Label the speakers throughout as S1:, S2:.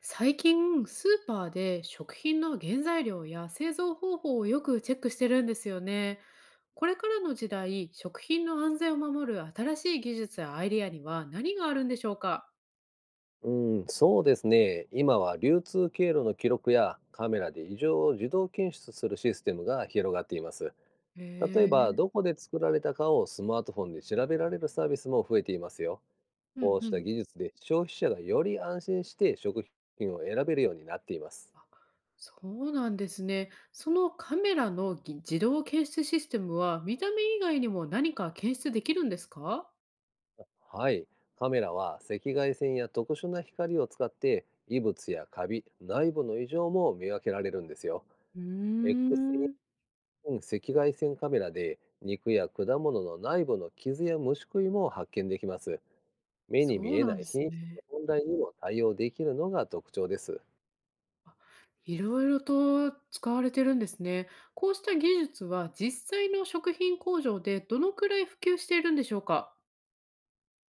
S1: 最近スーパーで食品の原材料や製造方法をよくチェックしてるんですよね。これからの時代、食品の安全を守る新しい技術やアイデアには何があるんでしょうか？
S2: うん、そうですね。今は流通経路の記録やカメラで異常を自動検出するシステムが広がっています。
S1: へ
S2: 例えば、ど
S1: え、
S2: こで作られたかをスマートフォンで調べられるサービスも増えていますよ。
S1: う
S2: こ
S1: ん
S2: う
S1: う
S2: した
S1: ん。
S2: 技術で消費者がより安心して食品を選べるようになっています。
S1: あ、そうなんですね。そのカメラの自動検出システムは見た目以外にも何か検出できるんですか？
S2: はい。カメラは赤外線や特殊な光を使って異物やカビ、内部の異常も見分けられるんですよ。
S1: うー
S2: X
S1: ん、
S2: うん、赤外線カメラで肉や果物の内部の傷や虫食いも発見できます。目に
S1: そ
S2: 見
S1: う
S2: え
S1: な
S2: な
S1: ん
S2: い
S1: です
S2: 品質の
S1: ね。
S2: 問題にも対応できるのが特徴です。
S1: あ、いろいろと使われてるんですね。こうした技術は実際の食品工場でどのくらい普及しているんでしょうか？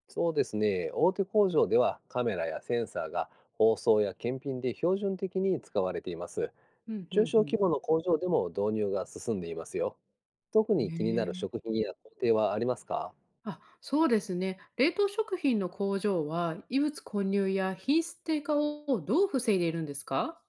S2: そうですね、大手工場ではカメラやセンサーが包装や検品で標準的に使われています。
S1: うん、うん
S2: 中小
S1: う
S2: 規
S1: ん。
S2: 模の工場でも導入が進んでいますよ。特
S1: へ
S2: に気になる
S1: え。
S2: 食品や工程はありますか？
S1: あ、そうですね。冷凍食品の工場は、異物混入や品質低下をどう防いでいるんですか？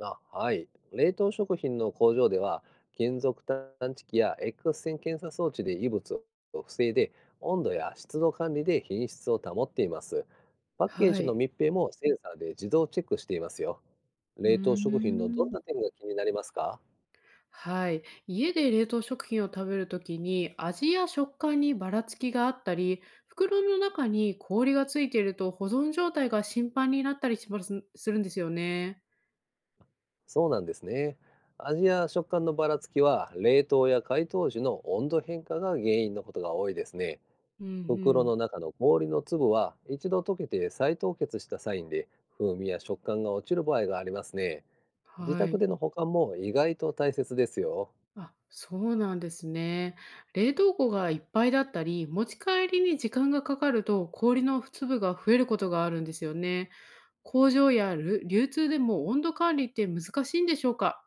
S2: あ、はい。冷凍食品の工場では、金属探知機や X 線検査装置で異物を防いで、温度や湿度管理で品質を保っています。パッケー
S1: は
S2: ジの
S1: い。
S2: 密閉もセンサーで自動チェックしていますよ。
S1: うー
S2: 冷凍食品のどん
S1: ん。
S2: な点が気になりますか？
S1: はい。家で冷凍食品を食べるときに、味や食感にばらつきがあったり、袋の中に氷がついていると保存状態が心配になったりしますするんですよね。
S2: そうなんですね。味や食感のばらつきは、冷凍や解凍時の温度変化が原因のことが多いですね。
S1: うんう
S2: 袋
S1: ん。
S2: の中の氷の粒は一度溶けて再凍結したサインで、風味や食感が落ちる場合がありますね。自
S1: は
S2: 宅
S1: い。
S2: での保管も意外と大切ですよ。
S1: あ、そうなんですね。冷凍庫がいっぱいだったり、持ち帰りに時間がかかると氷の粒が増えることがあるんですよね。工場や流通でも温度管理って難しいんでしょうか？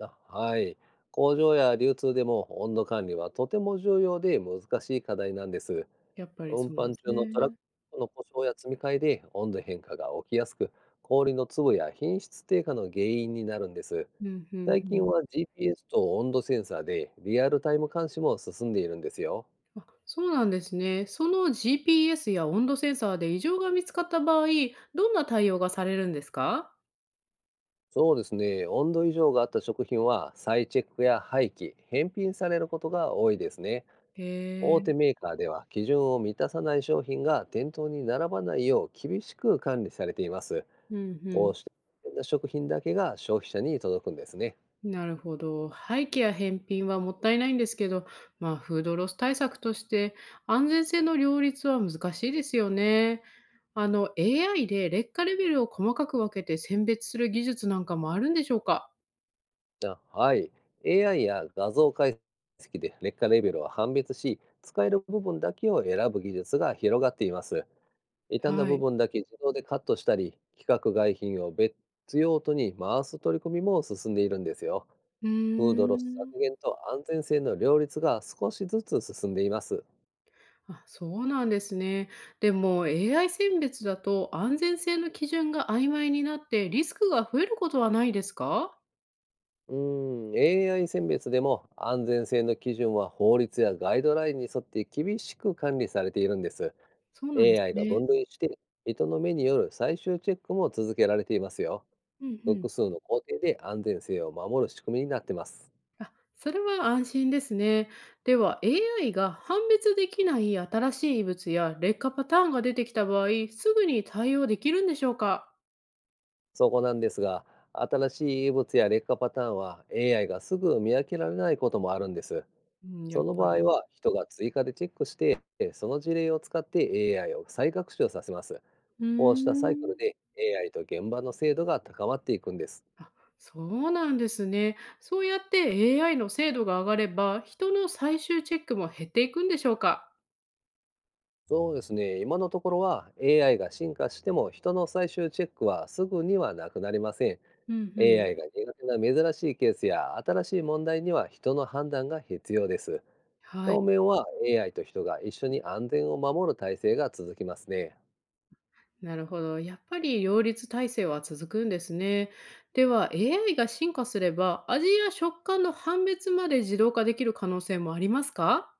S2: あ、はい。工場や流通でも温度管理はとても重要で難しい課題なんです。
S1: やっぱり
S2: 運
S1: そうなんで
S2: 搬
S1: す
S2: 中のトラッ
S1: ね。
S2: クの故障や積み替えで温度変化が起きやすく、氷の粒や品質低下の原因になるんです。
S1: うんうん
S2: 最
S1: う
S2: 近
S1: ん。
S2: は GPS と温度センサーでリアルタイム監視も進んでいるんですよ。
S1: あ、そうなんですね。その GPS や温度センサーで異常が見つかった場合、どんな対応がされるんですか？
S2: そうですね。温度異常があった食品は再チェックや廃棄、返品されることが多いですね。
S1: へ
S2: 大
S1: え、
S2: 手メーカーでは基準を満たさない商品が店頭に並ばないよう厳しく管理されています。
S1: うんう
S2: こ
S1: ん。
S2: うして安全な食品だけが消費者に届くんですね。
S1: なるほど。廃棄や返品はもったいないんですけど、まあ、フードロス対策として安全性の両立は難しいですよね。AI で劣化レベルを細かく分けて選別する技術なんかもあるんでしょうか？
S2: あ、はい。AI や画像解析で劣化レベルを判別し、使える部分だけを選ぶ技術が広がっています。傷んだ
S1: は
S2: 部
S1: い。
S2: 分だけ自動でカットしたり、規格外品を別用途に回す取り組みも進んでいるんですよ。
S1: う
S2: フードロス
S1: ーん。
S2: 削減と安全性の両立が少しずつ進んでいます。
S1: あ、そうなんですね。でも AI 選別だと安全性の基準が曖昧になってリスクが増えることはないですか？
S2: うーん、AI 選別でも安全性の基準は法律やガイドラインに沿って厳しく管理されているんです。
S1: そうなんです
S2: AI が
S1: ね。
S2: 分類して、人の目による最終チェックも続けられていますよ。
S1: うんう
S2: 複
S1: ん。
S2: 数の工程で安全性を守る仕組みになってます。
S1: あ、それは安心ですね。では AI が判別できない新しい異物や劣化パターンが出てきた場合、すぐに対応できるんでしょうか？
S2: そこなんですが、新しい異物や劣化パターンは AI がすぐ見分けられないこともあるんです。
S1: うん、や
S2: そ
S1: っ
S2: の
S1: ぱ
S2: 場合
S1: り。
S2: は人が追加でチェックして、その事例を使って AI を再学習させます。
S1: うー
S2: こうしたサイク
S1: ん。
S2: ルで AI と現場の精度が高まっていくんです。
S1: あ、そうなんですね。そうやって AI の精度が上がれば、人の最終チェックも減っていくんでしょうか？
S2: そうですね、今のところは AI が進化しても人の最終チェックはすぐにはなくなりません。
S1: うんうん。
S2: AI が苦手な珍しいケースや新しい問題には人の判断が必要です。
S1: は
S2: 当
S1: い。
S2: 面は AI と人が一緒に安全を守る体制が続きますね。
S1: なるほど。やっぱり両立体制は続くんですね。では、AI が進化すれば、味や食感の判別まで自動化できる可能性もありますか？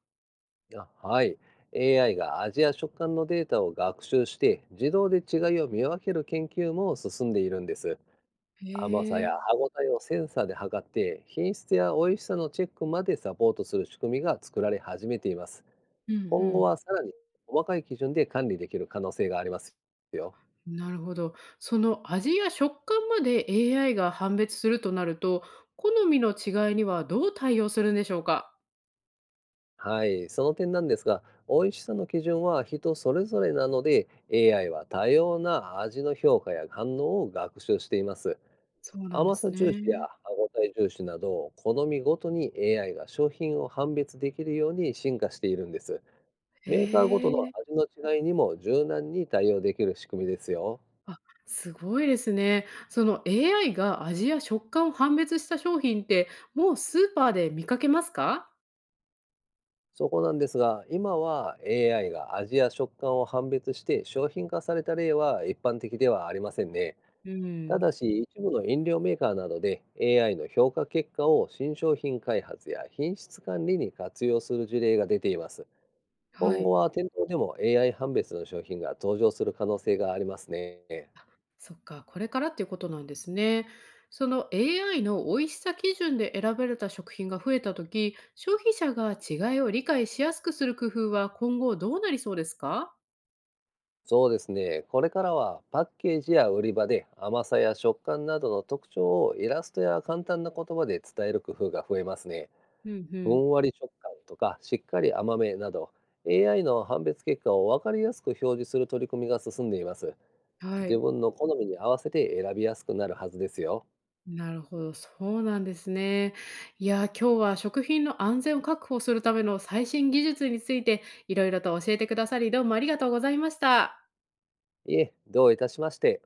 S2: あ、はい。AI が味や食感のデータを学習して自動で違いを見分ける研究も進んでいるんです。
S1: へ
S2: 甘さや
S1: え。
S2: 歯ごたえをセンサーで測って品質や美味しさのチェックまでサポートする仕組みが作られ始めています。
S1: うんう
S2: 今後
S1: ん。
S2: はさらに細かい基準で管理できる可能性がありますよ。
S1: なるほど。その味や食感まで AI が判別するとなると、好みの違いにはどう対応するんでしょうか？
S2: はい、その点なんですが、美味しさの基準は人それぞれなので、AI は多様な味の評価や反応を学習しています。
S1: そうなんで
S2: 甘さ
S1: す
S2: 重視や
S1: ね。
S2: 歯ごたえ重視など、好みごとに AI が商品を判別できるように進化しているんです。
S1: へ
S2: メーカーごとの
S1: え。
S2: 味の違いにも柔軟に対応できる仕組みですよ。
S1: あ、すごいですね。その AI が味や食感を判別した商品って、もうスーパーで見かけますか？
S2: そこなんですが、今は AI が味や食感を判別して商品化された例は一般的ではありませんね。
S1: う
S2: た
S1: ん、
S2: だし、一部の飲料メーカーなどで AI の評価結果を新商品開発や品質管理に活用する事例が出ています。
S1: は
S2: 今後
S1: い。
S2: は店頭でも AI 判別の商品が登場する可能性がありますね。
S1: そっか、これからっていうことなんですね。その AI の美味しさ基準で選ばれた食品が増えた時、消費者が違いを理解しやすくする工夫は今後どうなりそうですか？
S2: そうですね。これからはパッケージや売り場で甘さや食感などの特徴をイラストや簡単な言葉で伝える工夫が増えますね。
S1: うんう
S2: ふ
S1: ん。
S2: んわり食感とかしっかり甘めなど AI の判別結果を分かりやすく表示する取り組みが進んでいます。
S1: は
S2: 自
S1: い。
S2: 分の好みに合わせて選びやすくなるはずですよ。
S1: なるほど、そうなんですね。いや、今日は食品の安全を確保するための最新技術についていろいろと教えてくださり、どうもありがとうございました。
S2: いえ、どういたしまして。